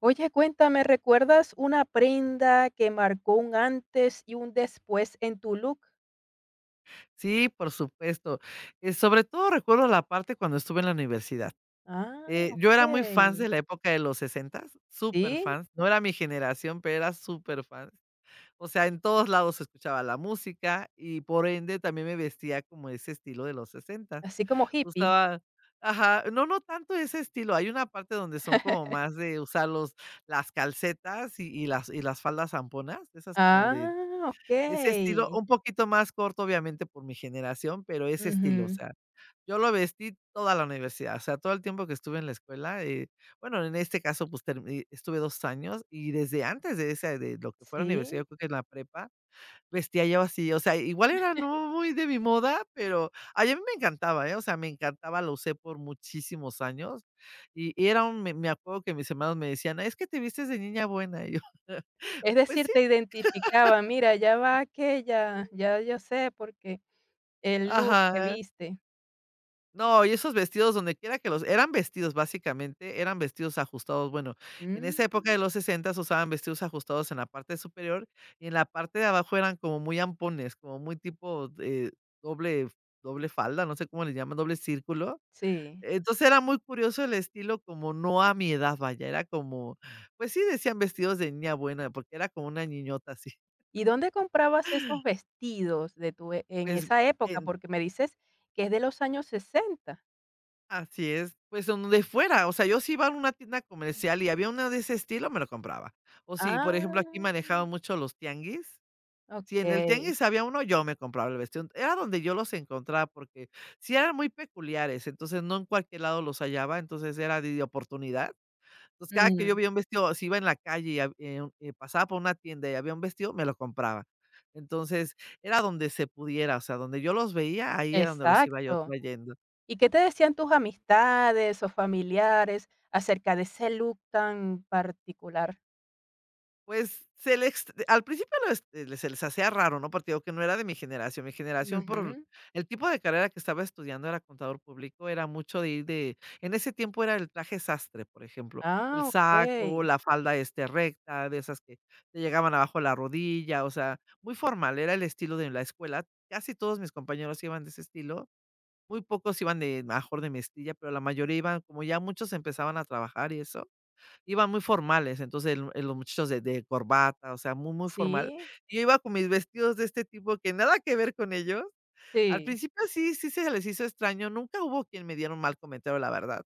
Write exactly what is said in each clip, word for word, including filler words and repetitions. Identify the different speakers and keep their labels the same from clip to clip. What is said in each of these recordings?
Speaker 1: Oye, cuéntame, ¿recuerdas una prenda que marcó un antes y un después en tu look?
Speaker 2: Sí, por supuesto. Eh, sobre todo recuerdo la parte cuando estuve en la universidad.
Speaker 1: Ah,
Speaker 2: Eh, yo era muy fan
Speaker 1: okey.
Speaker 2: de la época de los sesentas,
Speaker 1: Sí,
Speaker 2: superfans. No era mi generación, pero era superfans. O sea, en todos lados se escuchaba la música y por ende también me vestía como ese estilo de los sesentas.
Speaker 1: así como hippie.
Speaker 2: Usaba, ajá, no, no tanto ese estilo. Hay una parte donde son como más de usar los, las calcetas y, y las, y las faldas zamponas, esas como
Speaker 1: Ah,
Speaker 2: ese estilo,
Speaker 1: okey.
Speaker 2: un poquito más corto, obviamente, por mi generación, pero ese estilo, o
Speaker 1: Ujú.
Speaker 2: sea, yo lo vestí toda la universidad, o sea, todo el tiempo que estuve en la escuela, eh, bueno, en este caso, pues, termi estuve dos años, y desde antes de esa de lo que fue la universidad,
Speaker 1: Sí.
Speaker 2: creo que en la prepa, vestía yo así, o sea, igual era no muy de mi moda, pero ay, a mí me encantaba, ¿eh? O sea, me encantaba, lo usé por muchísimos años, y y era un me me acuerdo que mis hermanos me decían: "Es que te vistes de niña buena", y yo:
Speaker 1: Es
Speaker 2: "Pues
Speaker 1: decir,
Speaker 2: sí".
Speaker 1: te identificaba, mira, ya va aquella, ya yo sé porque el look que
Speaker 2: Ajá.
Speaker 1: viste.
Speaker 2: No, y esos vestidos donde quiera que los eran vestidos, básicamente, eran vestidos ajustados. Bueno, en
Speaker 1: Mm,
Speaker 2: esa época de los sesenta usaban vestidos ajustados en la parte superior y en la parte de abajo eran como muy ampones, como muy tipo, eh, doble doble falda, no sé cómo les llaman, doble círculo.
Speaker 1: sí.
Speaker 2: Entonces, era muy curioso el estilo, como no a mi edad, vaya, era como, pues sí, decían vestidos de niña buena, porque era como una niñota así.
Speaker 1: ¿Y dónde comprabas esos vestidos de tu e en
Speaker 2: Pues,
Speaker 1: esa época? Porque me dices que es de los años sesenta.
Speaker 2: así es, pues, donde fuera, o sea, yo si iba a una tienda comercial y había una de ese estilo, me lo compraba. O si,
Speaker 1: Ah.
Speaker 2: por ejemplo, aquí manejaban mucho los tianguis, si en el
Speaker 1: Okey,
Speaker 2: tianguis había uno, yo me compraba el vestido. Era donde yo los encontraba, porque sí eran muy peculiares, entonces no en cualquier lado los hallaba, entonces era de de oportunidad. Entonces, cada que yo
Speaker 1: mm,
Speaker 2: veía un vestido, si iba en la calle y hab eh, eh, pasaba por una tienda y había un vestido, me lo compraba. Entonces, era donde se pudiera, o sea, donde yo los veía, ahí era donde los iba yo
Speaker 1: exacto.
Speaker 2: trayendo.
Speaker 1: ¿Y qué te decían tus amistades o familiares acerca de ese look tan particular?
Speaker 2: Pues, se les al principio lo es eh, le se les hacía raro, ¿no? Porque digo que no era de mi generación. Mi generación, por
Speaker 1: Ujú.
Speaker 2: el tipo de carrera que estaba estudiando, era contador público, era mucho de ir de en ese tiempo era el traje sastre, por ejemplo, el
Speaker 1: Ah,
Speaker 2: saco,
Speaker 1: okey.
Speaker 2: la falda, este, recta, de esas que te llegaban abajo la rodilla, o sea, muy formal, era el estilo de la escuela. Casi todos mis compañeros iban de ese estilo, muy pocos iban de mejor de mezclilla, pero la mayoría iban como ya muchos empezaban a trabajar y eso, iban muy formales, entonces el el los muchachos de de corbata, o sea, muy, muy formal.
Speaker 1: Sí,
Speaker 2: Yo iba con mis vestidos de este tipo que nada que ver con ellos. Al
Speaker 1: sí.
Speaker 2: principio sí, sí se les hizo extraño, nunca hubo quien me diera un mal comentario, la verdad.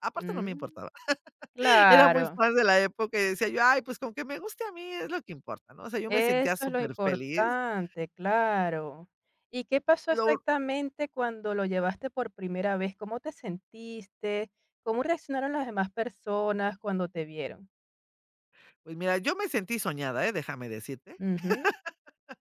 Speaker 2: Aparte no me
Speaker 1: Mm,
Speaker 2: importaba. Era muy
Speaker 1: claro,
Speaker 2: fan de la época y decía yo: "Ay, pues con que me guste a mí es lo que importa", ¿no? O sea, yo me
Speaker 1: eso
Speaker 2: sentía
Speaker 1: es lo
Speaker 2: súper feliz.
Speaker 1: importante, claro. ¿Y qué pasó
Speaker 2: Lo
Speaker 1: exactamente cuando lo llevaste por primera vez? ¿Cómo te sentiste? ¿Cómo reaccionaron las demás personas cuando te vieron?
Speaker 2: pues mira, yo me sentí soñada, ¿eh? Déjame decirte,
Speaker 1: Ujú,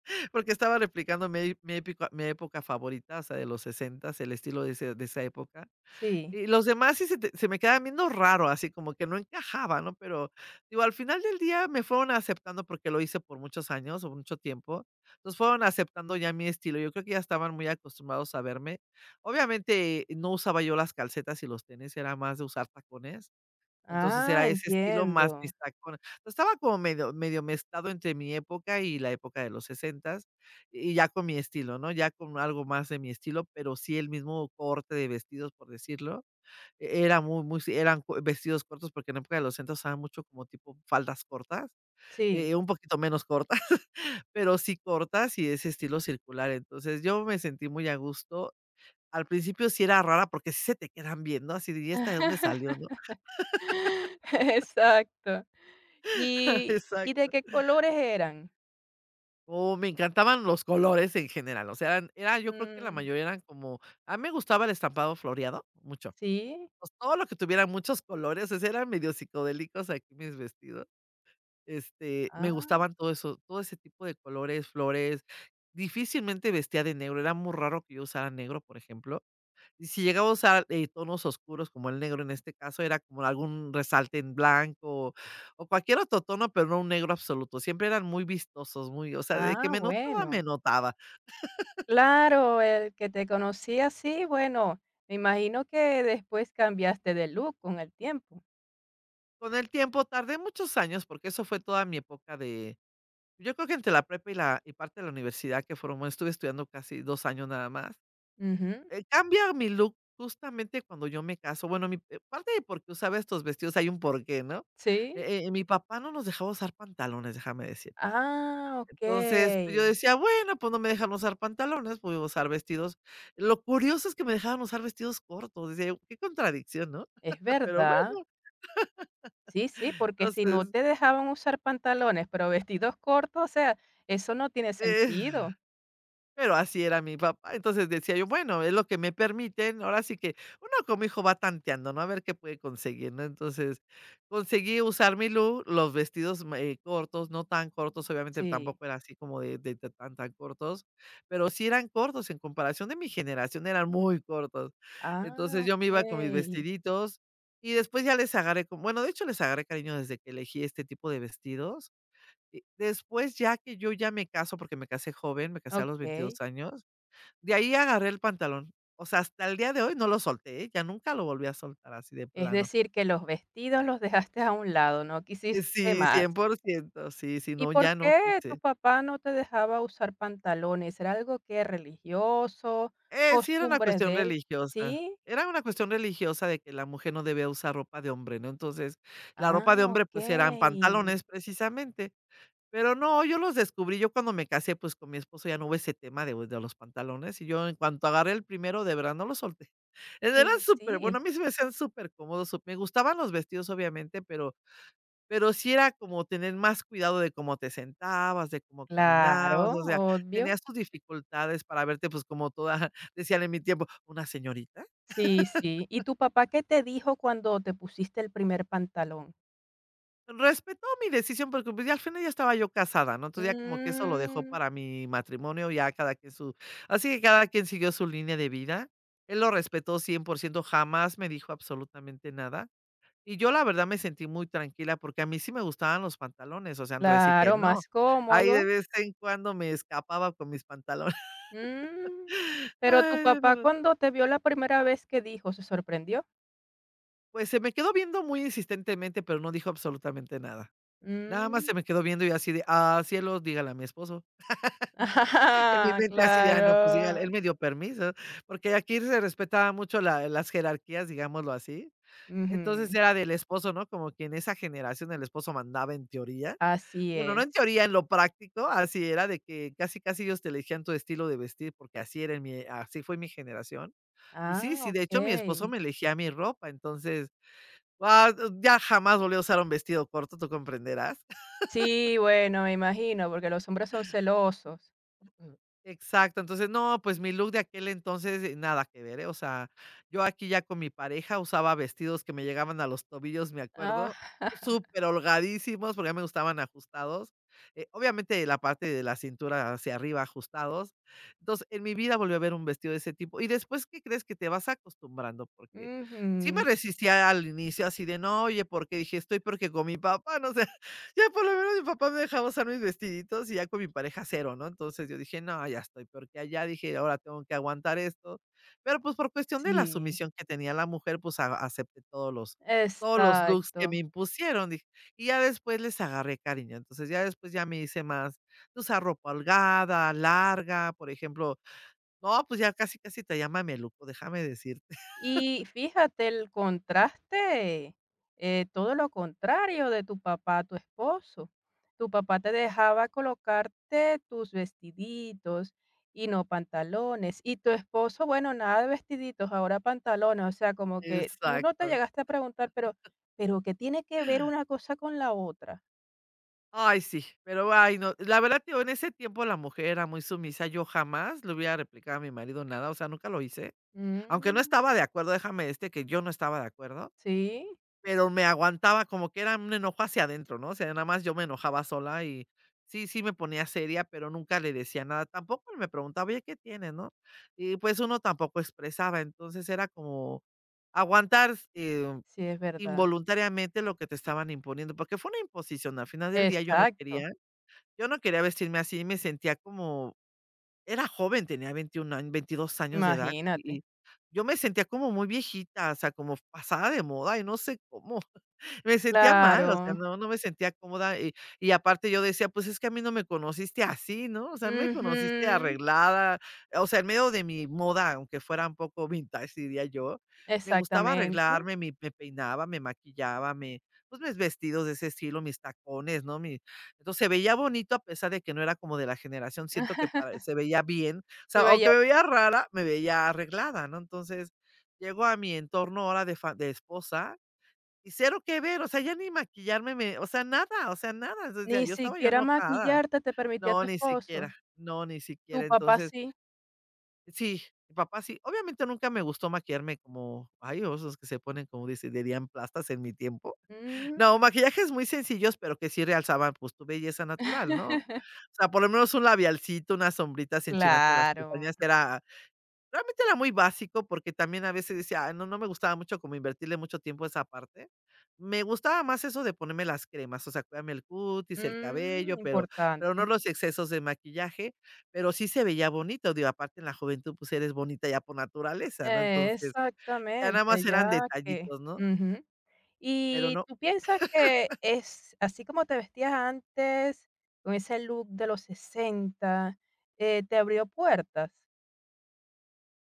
Speaker 2: porque estaba replicando mi mi épica mi época favorita, o sea, de los sesenta, el estilo de ese de esa época.
Speaker 1: sí.
Speaker 2: Y los demás sí se te se me quedaban viendo raro, así como que no encajaba, ¿no? Pero, digo, al final del día me fueron aceptando porque lo hice por muchos años o mucho tiempo. Entonces, fueron aceptando ya mi estilo. Yo creo que ya estaban muy acostumbrados a verme. Obviamente, no usaba yo las calcetas y los tenis, era más de usar tacones. Entonces,
Speaker 1: Ah,
Speaker 2: era ese estilo más
Speaker 1: entiendo.
Speaker 2: mis tacones. Entonces, estaba como medio medio mezclado entre mi época y la época de los sesentas, y ya con mi estilo, ¿no? Ya con algo más de mi estilo, pero sí el mismo corte de vestidos, por decirlo e-, era muy, muy sí, eran co vestidos cortos, porque en la época de los centros usaban mucho como tipo faldas cortas,
Speaker 1: Sí.
Speaker 2: eh, un poquito menos cortas, pero sí cortas y de ese estilo circular. Entonces, yo me sentí muy a gusto. Al principio sí era rara, porque sí se te quedan viendo, así de: "¿Y esta de dónde salió?", ¿no?
Speaker 1: Exacto. ¿Y y de
Speaker 2: Exacto.
Speaker 1: qué colores eran?
Speaker 2: Oh, me encantaban los colores en general, o sea, eran era yo creo que la
Speaker 1: Mm,
Speaker 2: mayoría eran como a mí me gustaba el estampado floreado, mucho.
Speaker 1: sí.
Speaker 2: Pues, todo lo que tuviera muchos colores, o sea, eran medio psicodélicos aquí mis vestidos. Este,
Speaker 1: Ah,
Speaker 2: me gustaban todo eso, todo ese tipo de colores, flores. Difícilmente vestía de negro, era muy raro que yo usara negro, por ejemplo. Y si llegaba a usar, eh, tonos oscuros como el negro en este caso, era como algún resalte en blanco o cualquier otro tono, pero no un negro absoluto. Siempre eran muy vistosos, muy, o sea, de que
Speaker 1: ah,
Speaker 2: me notaba,
Speaker 1: bueno.
Speaker 2: me notaba.
Speaker 1: Claro, el que te conocía sí. Bueno, me imagino que después cambiaste de look con el tiempo.
Speaker 2: Con el tiempo tardé muchos años, porque eso fue toda mi época de yo creo que entre la prepa y la y parte de la universidad, que formó, estuve estudiando casi dos años nada más.
Speaker 1: Ujú,
Speaker 2: Eh, cambia mi look justamente cuando yo me caso. Bueno, mi eh, parte de por qué usaba estos vestidos, hay un porqué, ¿no?
Speaker 1: sí.
Speaker 2: Eh eh, mi papá no nos dejaba usar pantalones, déjame decir.
Speaker 1: Ah, ok.
Speaker 2: Entonces, pues, yo decía: "Bueno, pues, no me dejan usar pantalones, pues voy a usar vestidos". Lo curioso es que me dejaban usar vestidos cortos, decía yo: "Qué contradicción", ¿no?
Speaker 1: Es
Speaker 2: Pero bueno,
Speaker 1: verdad. Sí, sí, porque si no
Speaker 2: entonces,
Speaker 1: te dejaban usar pantalones, pero vestidos cortos, o sea, eso no tiene
Speaker 2: eh
Speaker 1: sentido.
Speaker 2: pero así era mi papá. Entonces decía yo, bueno, es lo que me permiten. Ahora sí que uno como hijo va tanteando, ¿no? A ver qué puede conseguir, ¿no? Entonces conseguí usar mi look, los vestidos ma- eh, cortos, no tan cortos, obviamente
Speaker 1: Sí.
Speaker 2: tampoco era así como de, de- de tan tan cortos, pero sí eran cortos en comparación de mi generación, eran muy cortos. Entonces
Speaker 1: Ah,
Speaker 2: yo me iba con mis
Speaker 1: okey,
Speaker 2: vestiditos y después ya les agarré, como- bueno, de hecho les agarré cariño desde que elegí este tipo de vestidos y después, ya que yo ya me caso, porque me casé joven, me casé a los
Speaker 1: okey.
Speaker 2: veintidós años, de ahí agarré el pantalón. O sea, hasta el día de hoy no lo solté, ¿eh? Ya nunca lo volví a soltar así de
Speaker 1: Es
Speaker 2: plano.
Speaker 1: decir, que los vestidos los dejaste a un lado, no quisiste
Speaker 2: Eh, sí, cien
Speaker 1: más.
Speaker 2: por ciento sí, sí,
Speaker 1: ¿Y
Speaker 2: no,
Speaker 1: por
Speaker 2: ya no
Speaker 1: qué tu
Speaker 2: quise.
Speaker 1: papá no te dejaba usar pantalones? ¿Era algo que religioso,
Speaker 2: Eh, sí era una
Speaker 1: costumbres
Speaker 2: cuestión
Speaker 1: de él?
Speaker 2: religiosa.
Speaker 1: ¿Sí?
Speaker 2: Era una cuestión religiosa de que la mujer no debía usar ropa de hombre, ¿no? Entonces, la
Speaker 1: Ah,
Speaker 2: ropa de hombre, pues,
Speaker 1: okey.
Speaker 2: eran pantalones precisamente. Pero no, yo los descubrí, yo cuando me casé, pues, con mi esposo ya no hubo ese tema de de los pantalones, y yo en cuanto agarré el primero, de verdad no lo solté.
Speaker 1: Y
Speaker 2: Eran súper
Speaker 1: sí,
Speaker 2: bueno, a mí se me hacían supercómodos, sup me gustaban los vestidos, obviamente, pero pero sí era como tener más cuidado de cómo te sentabas, de cómo
Speaker 1: claro,
Speaker 2: caminabas, o sea,
Speaker 1: obvio.
Speaker 2: tenías tus dificultades para verte, pues, como toda, decían en mi tiempo, una señorita.
Speaker 1: Sí, sí. ¿Y tu papá qué te dijo cuando te pusiste el primer pantalón?
Speaker 2: Respetó mi decisión porque, pues, ya al final ya estaba yo casada, ¿no? Entonces, ya como que eso lo dejó
Speaker 1: Mm,
Speaker 2: para mi matrimonio, ya cada quien su así que cada quien siguió su línea de vida. Él lo respetó cien por ciento, jamás me dijo absolutamente nada. Y yo, la verdad, me sentí muy tranquila porque a mí sí me gustaban los pantalones, o sea, no te decir que
Speaker 1: claro,
Speaker 2: no.
Speaker 1: más
Speaker 2: Ahí de
Speaker 1: cómodo.
Speaker 2: vez en cuando me escapaba con mis pantalones.
Speaker 1: Mm, pero tu
Speaker 2: Ay, no, no.
Speaker 1: papá
Speaker 2: No.
Speaker 1: cuando te vio la primera vez, ¿qué dijo? ¿Se sorprendió?
Speaker 2: Pues se me quedó viendo muy insistentemente, pero no dijo absolutamente nada. Nada más
Speaker 1: Mm,
Speaker 2: se me quedó viendo y así de: "Ah, cielos, dígale a mi esposo". En mi
Speaker 1: Ah,
Speaker 2: mente así de: "Ah, no, pues diga él
Speaker 1: claro.
Speaker 2: me dio permiso", porque aquí se respetaba mucho la las jerarquías, digámoslo así. Entonces,
Speaker 1: Ujú,
Speaker 2: era del esposo, ¿no? Como que en esa generación el esposo mandaba en teoría.
Speaker 1: así
Speaker 2: Bueno, no en
Speaker 1: es.
Speaker 2: teoría, en lo práctico, así era de que casi, casi ellos te elegían tu estilo de vestir, porque así era en mi así fue mi generación. Y sí,
Speaker 1: Ah,
Speaker 2: sí, de hecho, mi esposo
Speaker 1: okey.
Speaker 2: me elegía mi ropa, entonces, ah, ya jamás volví a usar un vestido corto, tú comprenderás.
Speaker 1: Sí, bueno, me imagino, porque los hombres son celosos.
Speaker 2: Ujú. Exacto, entonces, no, pues mi look de aquel entonces, eh, nada que ver, ¿eh? O sea, yo aquí ya con mi pareja usaba vestidos que me llegaban a los tobillos, me
Speaker 1: Ah,
Speaker 2: acuerdo, súper holgadísimos, porque a mí me gustaban ajustados. Eh, obviamente, la parte de la cintura hacia arriba ajustados. Entonces, en mi vida volvió a ver un vestido de ese tipo. Y después, ¿qué crees? Que te vas acostumbrando, porque sí me
Speaker 1: ujú,
Speaker 2: resistía al inicio así de, no, oye, porque dije, estoy porque con mi papá, no sé. Ya por lo menos mi papá me dejaba usar mis vestiditos y ya con mi pareja cero, ¿no? Entonces yo dije: "No, ya estoy peor que allá", dije: "Ahora tengo que aguantar esto". Pero, pues, por cuestión de la
Speaker 1: sí,
Speaker 2: sumisión que tenía la mujer, pues, a acepté todos los todos los looks que me
Speaker 1: exacto.
Speaker 2: impusieron, dije, y ya después les agarré cariño. Entonces, ya después ya me hice más de usar ropa holgada, larga, por ejemplo. No, pues, ya casi, casi te traía mameluco, déjame decirte.
Speaker 1: Y fíjate el contraste, eh, todo lo contrario de tu papá, tu esposo. Tu papá te dejaba colocarte tus vestiditos y no pantalones. Y tu esposo, bueno, nada de vestiditos, ahora pantalones. O sea, como que tú no te
Speaker 2: Exacto.
Speaker 1: llegaste a preguntar, pero, pero ¿qué tiene que ver una cosa con la otra?
Speaker 2: Ay, sí, pero ay, no. La verdad, tío, en ese tiempo la mujer era muy sumisa. Yo jamás le hubiera replicado a mi marido nada, o sea, nunca lo hice. Aunque no
Speaker 1: Mm,
Speaker 2: estaba de acuerdo, déjame este que yo no estaba de acuerdo,
Speaker 1: sí,
Speaker 2: pero me aguantaba, como que era un enojo hacia adentro, ¿no? O sea, nada más yo me enojaba sola y sí, sí me ponía seria, pero nunca le decía nada. Tampoco me preguntaba, oye, ¿qué tienes, no? Y pues uno tampoco expresaba, entonces era como aguantar eh,
Speaker 1: sí, es verdad.
Speaker 2: involuntariamente lo que te estaban imponiendo, porque fue una imposición. Al final del día yo no
Speaker 1: Exacto,
Speaker 2: quería. Yo no quería vestirme así, me sentía como era joven, tenía veintiún años, veintidós años de edad,
Speaker 1: imagínate.
Speaker 2: y yo me sentía como muy viejita, o sea, como pasada de moda, y no sé cómo. Me sentía mal, o sea,
Speaker 1: Claro.
Speaker 2: no, no me sentía cómoda, y y aparte yo decía: "Pues es que a mí no me conociste así, ¿no? O sea, me conociste
Speaker 1: Ujú,
Speaker 2: arreglada", o sea, en medio de mi moda, aunque fuera un poco vintage, diría yo. Me gustaba
Speaker 1: exactamente.
Speaker 2: arreglarme, mi me peinaba, me maquillaba, me pues mis vestidos de ese estilo, mis tacones, ¿no? Mi entonces, se veía bonito a pesar de que no era como de la generación, siento que para se veía bien, o
Speaker 1: Y
Speaker 2: sea,
Speaker 1: vaya,
Speaker 2: aunque me veía rara, me veía arreglada, ¿no? Entonces, llego a mi entorno ahora de fa de esposa y cero que ver, o sea, ya ni maquillarme me o sea, nada, o sea, nada, entonces ya
Speaker 1: ni
Speaker 2: yo estaba yo
Speaker 1: siquiera
Speaker 2: enojada.
Speaker 1: maquillarte te permitía tu
Speaker 2: No, ni
Speaker 1: esposo,
Speaker 2: siquiera, no, ni
Speaker 1: tu
Speaker 2: siquiera.
Speaker 1: papá
Speaker 2: Entonces,
Speaker 1: sí.
Speaker 2: sí, mi papá sí, obviamente nunca me gustó maquillarme como, ay, esos que se ponen, como dice, dirían plastas en mi tiempo.
Speaker 1: Mm,
Speaker 2: No, maquillajes muy sencillos, pero que sí realzaban, pues, tu belleza natural, ¿no? O sea, por lo menos un labialcito, unas sombritas, enchinarte las
Speaker 1: claro,
Speaker 2: pestañas, era realmente era muy básico, porque también a veces decía: "Ay, no, no me gustaba mucho como invertirle mucho tiempo a esa parte". Me gustaba más eso de ponerme las cremas, o sea, cuidarme el cutis, el
Speaker 1: mm,
Speaker 2: cabello, pero pero no
Speaker 1: importante.
Speaker 2: los excesos de maquillaje, pero sí se veía bonito, digo, aparte en la juventud, pues, eres bonita ya por naturaleza, ¿no?
Speaker 1: Eh,
Speaker 2: Entonces, ya nada más
Speaker 1: Exactamente,
Speaker 2: eran
Speaker 1: ya que
Speaker 2: detallitos, ¿no?
Speaker 1: ujú.
Speaker 2: Pero
Speaker 1: ¿Y
Speaker 2: no.
Speaker 1: tú piensas que es así como te vestías antes, con ese look de los sesenta eh, te abrió puertas?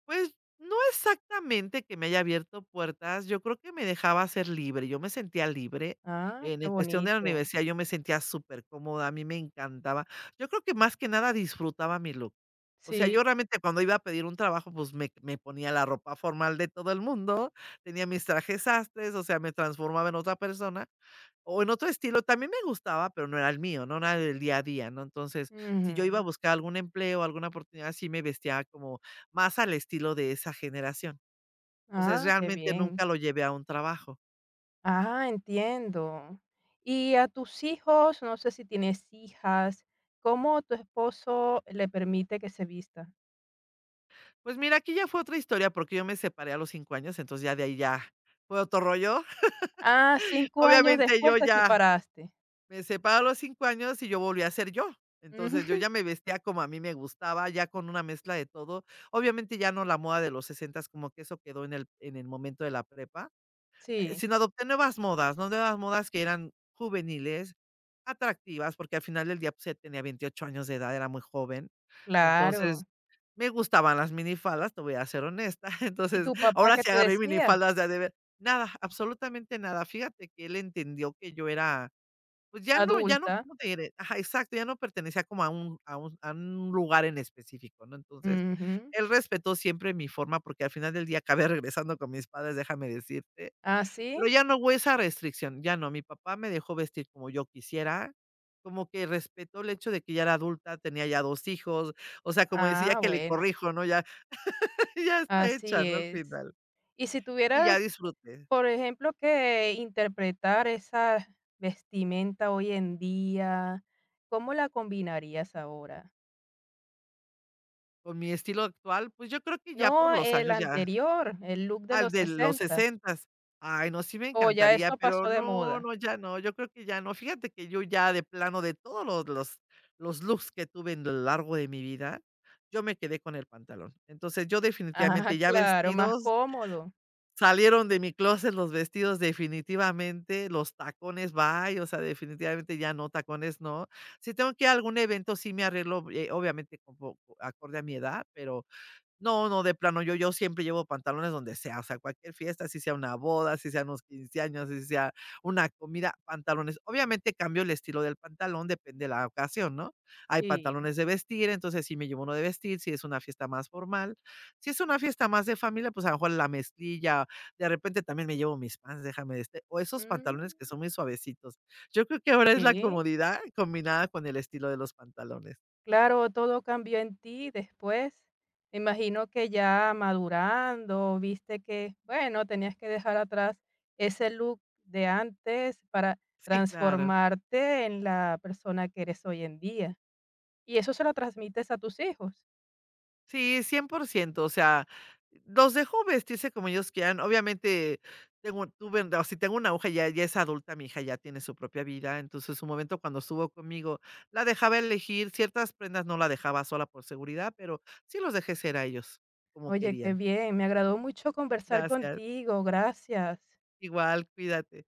Speaker 2: Pues, no exactamente que me haya abierto puertas, yo creo que me dejaba ser libre, yo me sentía libre.
Speaker 1: Ah,
Speaker 2: En
Speaker 1: qué
Speaker 2: el cuestión de la
Speaker 1: bonito.
Speaker 2: universidad, yo me sentía súper cómoda. A mí me encantaba. Yo creo que más que nada disfrutaba mi look. O sea,
Speaker 1: Sí.
Speaker 2: yo realmente cuando iba a pedir un trabajo, pues, me me ponía la ropa formal de todo el mundo, tenía mis trajes sastres, o sea, me transformaba en otra persona, o en otro estilo, también me gustaba, pero no era el mío, no era del día a día, ¿no? Entonces, si yo iba a
Speaker 1: Ujú.
Speaker 2: buscar algún empleo, alguna oportunidad, sí me vestía como más al estilo de esa generación. Entonces,
Speaker 1: Ah, qué
Speaker 2: realmente
Speaker 1: bien.
Speaker 2: nunca lo llevé a un trabajo.
Speaker 1: Ah, entiendo. Y a tus hijos, no sé si tienes hijas, ¿cómo tu esposo le permite que se vista?
Speaker 2: Pues mira, aquí ya fue otra historia, porque yo me separé a los cinco años, entonces ya de ahí ya fue otro rollo.
Speaker 1: Ah, cinco años
Speaker 2: Obviamente,
Speaker 1: después
Speaker 2: yo
Speaker 1: te
Speaker 2: ya
Speaker 1: separaste.
Speaker 2: me separo a los cinco años y yo volví a ser yo. Entonces, yo
Speaker 1: Ujú.
Speaker 2: ya me vestía como a mí me gustaba, ya con una mezcla de todo. Obviamente, ya no la moda de los sesenta, como que eso quedó en el en el momento de la prepa. Eh,
Speaker 1: Sí,
Speaker 2: sino adopté nuevas modas, ¿no? Nuevas modas que eran juveniles, atractivas, porque al final del día, pues, ya tenía veintiocho años de edad, era muy joven. Entonces,
Speaker 1: claro.
Speaker 2: me gustaban las minifaldas, te voy a ser honesta.
Speaker 1: ¿Y
Speaker 2: Entonces,
Speaker 1: tu papá
Speaker 2: ahora
Speaker 1: qué
Speaker 2: sí
Speaker 1: te
Speaker 2: agarré
Speaker 1: decía?
Speaker 2: minifaldas de a de ver. Nada, absolutamente nada. Fíjate que él entendió que yo era, pues, ya no ya no,
Speaker 1: Adulta.
Speaker 2: ¿cómo te diré? Ajá, exacto, ya no pertenecía como a un a un a un lugar en específico, ¿no? Entonces,
Speaker 1: Ujú.
Speaker 2: él respetó siempre mi forma, porque al final del día acabé regresando con mis padres, déjame decirte.
Speaker 1: ¿Ah,
Speaker 2: Pero
Speaker 1: sí?
Speaker 2: ya no hubo esa restricción, ya no. Mi papá me dejó vestir como yo quisiera, como que respetó el hecho de que ya era adulta, tenía ya dos hijos, o sea, como decía
Speaker 1: Ah,
Speaker 2: que le
Speaker 1: bueno,
Speaker 2: corrijo, ¿no? Ya ya está hecha,
Speaker 1: así
Speaker 2: ¿no? Al
Speaker 1: es.
Speaker 2: final.
Speaker 1: Y si
Speaker 2: Y ya
Speaker 1: tuvieras,
Speaker 2: disfruté.
Speaker 1: por ejemplo, que interpretar esa vestimenta hoy en día, ¿cómo la combinarías ahora?
Speaker 2: Con mi estilo actual, pues, yo creo que ya por
Speaker 1: No,
Speaker 2: los
Speaker 1: el
Speaker 2: años ya
Speaker 1: anterior, el look de
Speaker 2: al
Speaker 1: los
Speaker 2: de los
Speaker 1: sesenta.
Speaker 2: sesentas. Ay, no, sí me
Speaker 1: O ya
Speaker 2: encantaría,
Speaker 1: eso
Speaker 2: pero
Speaker 1: pasó de
Speaker 2: no,
Speaker 1: moda.
Speaker 2: no, ya no, yo creo que ya no. Fíjate que yo ya de plano de todos los los los looks que tuve en lo largo de mi vida, yo me quedé con el pantalón. Entonces, yo
Speaker 1: Ah,
Speaker 2: definitivamente ya
Speaker 1: claro, más
Speaker 2: vestidos,
Speaker 1: cómodo.
Speaker 2: salieron de mi closet los vestidos definitivamente, los tacones bye, o sea, definitivamente ya no, tacones no. Si tengo que ir a algún evento, sí me arreglo, eh, obviamente como acorde a mi edad, pero no, no, de plano, yo yo siempre llevo pantalones donde sea, o sea, cualquier fiesta, si sea una boda, si sean unos quince años, si sea una comida, pantalones. Obviamente cambio el estilo del pantalón, depende de la ocasión, ¿no? Hay
Speaker 1: Sí.
Speaker 2: pantalones de vestir, entonces sí me llevo uno de vestir, si es una fiesta más formal. Si es una fiesta más de familia, pues a lo mejor la mezclilla, de repente también me llevo mis pants, déjame este, o esos
Speaker 1: Mm,
Speaker 2: pantalones que son muy suavecitos. Yo creo que ahora es la
Speaker 1: sí,
Speaker 2: comodidad combinada con el estilo de los pantalones.
Speaker 1: claro, todo cambió en ti después. Me imagino que ya madurando, viste que, bueno, tenías que dejar atrás ese look de antes para
Speaker 2: Sí, claro.
Speaker 1: transformarte en la persona que eres hoy en día. Y eso se lo transmites a tus hijos.
Speaker 2: Sí, cien por ciento. O sea, los dejo vestirse como ellos quieran. Obviamente, tengo tuve o si tengo una hija, ya ya es adulta, mi hija ya tiene su propia vida. Entonces, su momento cuando estuvo conmigo, la dejaba elegir ciertas prendas, no la dejaba sola por seguridad, pero sí los dejé ser a ellos como
Speaker 1: Oye, qué
Speaker 2: querían.
Speaker 1: bien, me agradó mucho conversar
Speaker 2: Gracias.
Speaker 1: contigo, gracias.
Speaker 2: Igual, cuídate.